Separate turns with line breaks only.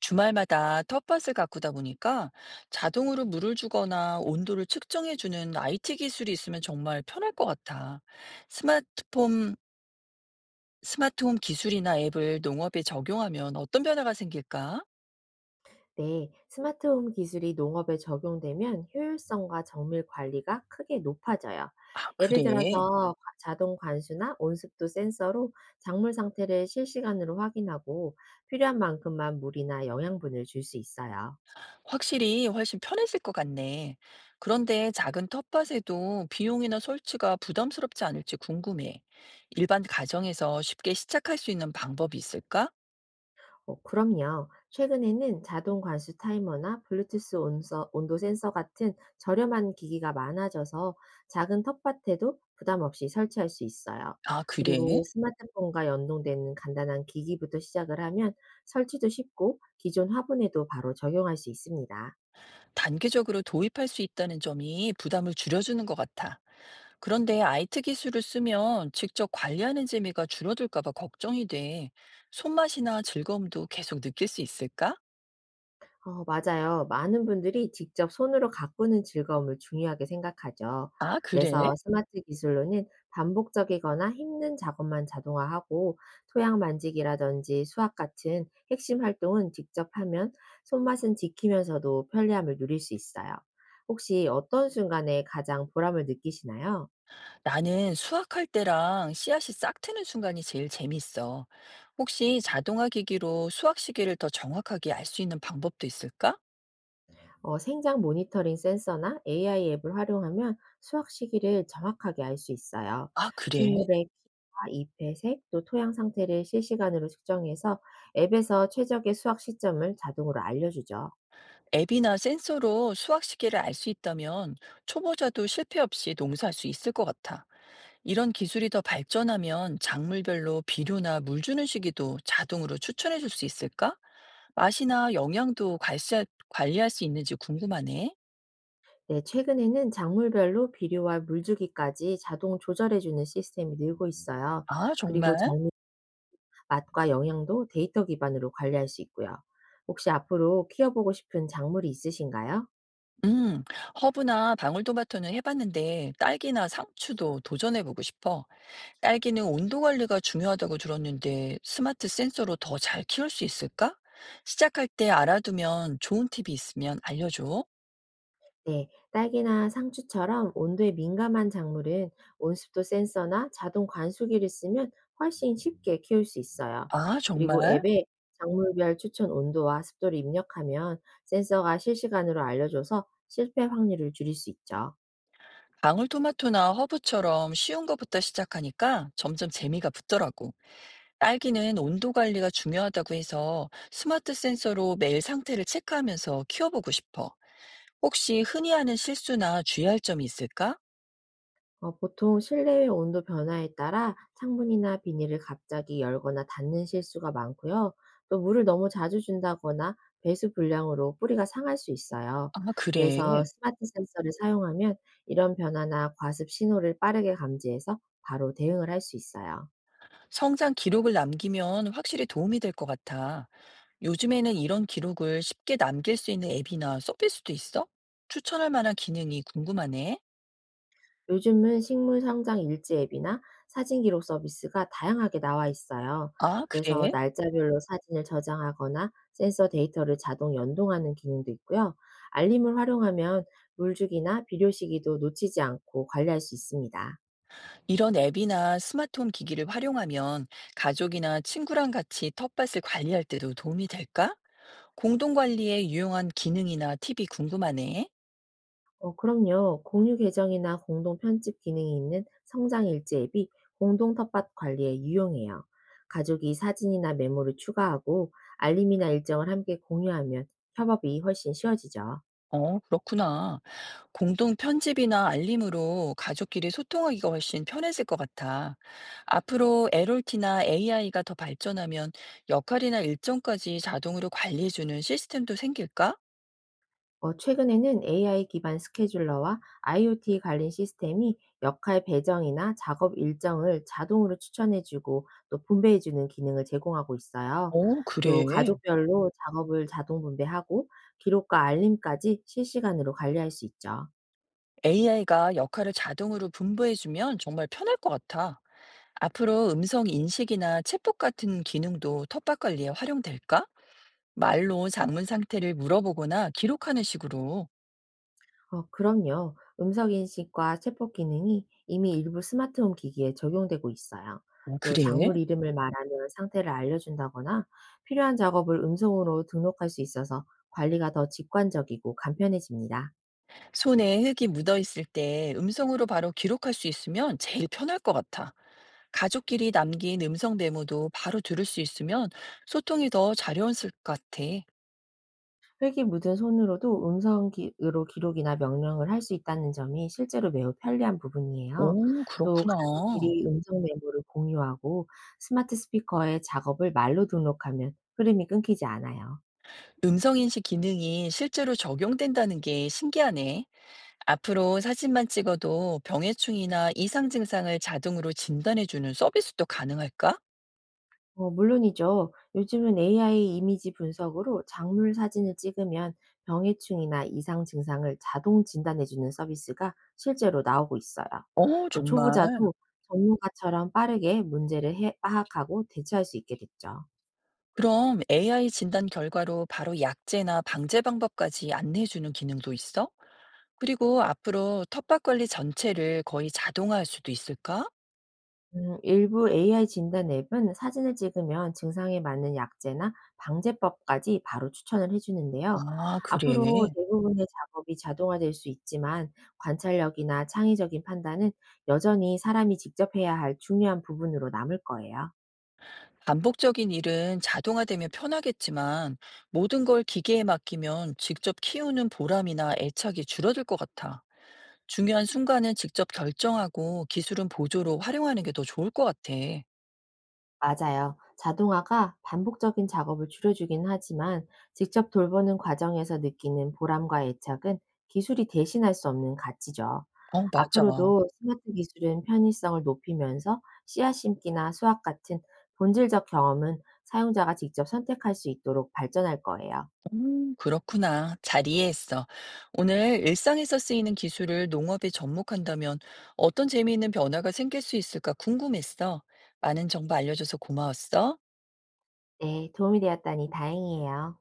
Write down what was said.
주말마다 텃밭을 가꾸다 보니까 자동으로 물을 주거나 온도를 측정해주는 IT 기술이 있으면 정말 편할 것 같아. 스마트폰, 스마트홈 기술이나 앱을 농업에 적용하면 어떤 변화가 생길까?
네, 스마트홈 기술이 농업에 적용되면 효율성과 정밀 관리가 크게 높아져요.
아,
예를
그래.
들어서 자동 관수나 온습도 센서로 작물 상태를 실시간으로 확인하고 필요한 만큼만 물이나 영양분을 줄 수 있어요.
확실히 훨씬 편해질 것 같네. 그런데 작은 텃밭에도 비용이나 설치가 부담스럽지 않을지 궁금해. 일반 가정에서 쉽게 시작할 수 있는 방법이 있을까?
그럼요. 최근에는 자동 관수 타이머나 블루투스 온도 센서 같은 저렴한 기기가 많아져서 작은 텃밭에도 부담 없이 설치할 수 있어요.
아, 그래?
그리고 스마트폰과 연동되는 간단한 기기부터 시작을 하면 설치도 쉽고 기존 화분에도 바로 적용할 수 있습니다.
단기적으로 도입할 수 있다는 점이 부담을 줄여주는 것 같아. 그런데 IT 기술을 쓰면 직접 관리하는 재미가 줄어들까봐 걱정이 돼. 손맛이나 즐거움도 계속 느낄 수 있을까?
어 맞아요. 많은 분들이 직접 손으로 가꾸는 즐거움을 중요하게 생각하죠.
아, 그래?
그래서 스마트 기술로는 반복적이거나 힘든 작업만 자동화하고 토양 만지기라든지 수학 같은 핵심 활동은 직접 하면 손맛은 지키면서도 편리함을 누릴 수 있어요. 혹시 어떤 순간에 가장 보람을 느끼시나요?
나는 수확할 때랑 씨앗이 싹 트는 순간이 제일 재밌어. 혹시 자동화 기기로 수확 시기를 더 정확하게 알 수 있는 방법도 있을까?
생장 모니터링 센서나 AI 앱을 활용하면 수확 시기를 정확하게 알 수 있어요.
아, 그래?
식물의 키와 잎의 색, 또 토양 상태를 실시간으로 측정해서 앱에서 최적의 수확 시점을 자동으로 알려주죠.
앱이나 센서로 수확 시기를 알 수 있다면 초보자도 실패 없이 농사할 수 있을 것 같아. 이런 기술이 더 발전하면 작물별로 비료나 물 주는 시기도 자동으로 추천해 줄 수 있을까? 맛이나 영양도 관리할 수 있는지 궁금하네.
네, 최근에는 작물별로 비료와 물주기까지 자동 조절해주는 시스템이 늘고 있어요.
아,
그리고
정말?
정미 맛과 영양도 데이터 기반으로 관리할 수 있고요. 혹시 앞으로 키워보고 싶은 작물이 있으신가요?
음, 허브나 방울토마토는 해봤는데 딸기나 상추도 도전해보고 싶어. 딸기는 온도 관리가 중요하다고 들었는데 스마트 센서로 더 잘 키울 수 있을까? 시작할 때 알아두면 좋은 팁이 있으면 알려줘.
네, 딸기나 상추처럼 온도에 민감한 작물은 온습도 센서나 자동 관수기를 쓰면 훨씬 쉽게 키울 수 있어요.
아,
그리고
정말?
앱에 작물별 추천 온도와 습도를 입력하면 센서가 실시간으로 알려줘서 실패 확률을 줄일 수 있죠.
방울토마토나 허브처럼 쉬운 것부터 시작하니까 점점 재미가 붙더라고. 딸기는 온도 관리가 중요하다고 해서 스마트 센서로 매일 상태를 체크하면서 키워보고 싶어. 혹시 흔히 하는 실수나 주의할 점이 있을까?
보통 실내외 온도 변화에 따라 창문이나 비닐을 갑자기 열거나 닫는 실수가 많고요. 또 물을 너무 자주 준다거나 배수 불량으로 뿌리가 상할 수 있어요.
아,
그래서
그래.
스마트 센서를 사용하면 이런 변화나 과습 신호를 빠르게 감지해서 바로 대응을 할 수 있어요.
성장 기록을 남기면 확실히 도움이 될 것 같아. 요즘에는 이런 기록을 쉽게 남길 수 있는 앱이나 서비스도 있어? 추천할 만한 기능이 궁금하네.
요즘은 식물 성장 일지 앱이나 사진 기록 서비스가 다양하게 나와 있어요.
아,
그래서
그래?
날짜별로 사진을 저장하거나 센서 데이터를 자동 연동하는 기능도 있고요. 알림을 활용하면 물주기나 비료 시기도 놓치지 않고 관리할 수 있습니다.
이런 앱이나 스마트홈 기기를 활용하면 가족이나 친구랑 같이 텃밭을 관리할 때도 도움이 될까? 공동 관리에 유용한 기능이나 팁이 궁금하네.
그럼요. 공유 계정이나 공동 편집 기능이 있는 성장 일지 앱이 공동 텃밭 관리에 유용해요. 가족이 사진이나 메모를 추가하고 알림이나 일정을 함께 공유하면 협업이 훨씬 쉬워지죠.
어, 그렇구나. 공동 편집이나 알림으로 가족끼리 소통하기가 훨씬 편해질 것 같아. 앞으로 에롤티나 AI가 더 발전하면 역할이나 일정까지 자동으로 관리해주는 시스템도 생길까?
최근에는 AI 기반 스케줄러와 IoT 관련 시스템이 역할 배정이나 작업 일정을 자동으로 추천해주고 또 분배해주는 기능을 제공하고 있어요.
어,
또
그래.
가족별로 작업을 자동 분배하고 기록과 알림까지 실시간으로 관리할 수 있죠.
AI가 역할을 자동으로 분부해주면 정말 편할 것 같아. 앞으로 음성 인식이나 챗봇 같은 기능도 텃밭 관리에 활용될까? 말로 작물 상태를 물어보거나 기록하는 식으로.
그럼요. 음성인식과 챗봇 기능이 이미 일부 스마트홈 기기에 적용되고 있어요.
오,
또
그래?
작물 이름을 말하면 상태를 알려준다거나 필요한 작업을 음성으로 등록할 수 있어서 관리가 더 직관적이고 간편해집니다.
손에 흙이 묻어 있을 때 음성으로 바로 기록할 수 있으면 제일 편할 것 같아. 가족끼리 남긴 음성 메모도 바로 들을 수 있으면 소통이 더 자연스러울 것 같아.
흙이 묻은 손으로도 음성으로 기록이나 명령을 할 수 있다는 점이 실제로 매우 편리한 부분이에요.
오,
또
그렇구나.
가족끼리 음성 메모를 공유하고 스마트 스피커에 작업을 말로 등록하면 흐름이 끊기지 않아요.
음성인식 기능이 실제로 적용된다는 게 신기하네. 앞으로 사진만 찍어도 병해충이나 이상 증상을 자동으로 진단해주는 서비스도 가능할까?
어 물론이죠. 요즘은 AI 이미지 분석으로 작물 사진을 찍으면 병해충이나 이상 증상을 자동 진단해 주는 서비스가 실제로 나오고 있어요.
어,
또
정말.
초보자도 전문가처럼 빠르게 문제를 해 파악하고 대처할 수 있게 됐죠.
그럼 AI 진단 결과로 바로 약제나 방제 방법까지 안내해주는 기능도 있어? 그리고 앞으로 텃밭 관리 전체를 거의 자동화할 수도 있을까?
일부 AI 진단 앱은 사진을 찍으면 증상에 맞는 약제나 방제법까지 바로 추천을 해주는데요.
아,
앞으로
그래.
대부분의 작업이 자동화될 수 있지만 관찰력이나 창의적인 판단은 여전히 사람이 직접 해야 할 중요한 부분으로 남을 거예요.
반복적인 일은 자동화되면 편하겠지만 모든 걸 기계에 맡기면 직접 키우는 보람이나 애착이 줄어들 것 같아. 중요한 순간은 직접 결정하고 기술은 보조로 활용하는 게 더 좋을 것 같아.
맞아요. 자동화가 반복적인 작업을 줄여주긴 하지만 직접 돌보는 과정에서 느끼는 보람과 애착은 기술이 대신할 수 없는 가치죠.
어, 맞아.
앞으로도 스마트 기술은 편의성을 높이면서 씨앗 심기나 수학 같은 본질적 경험은 사용자가 직접 선택할 수 있도록 발전할 거예요.
그렇구나. 잘 이해했어. 오늘 일상에서 쓰이는 기술을 농업에 접목한다면 어떤 재미있는 변화가 생길 수 있을까 궁금했어. 많은 정보 알려줘서 고마웠어.
네, 도움이 되었다니 다행이에요.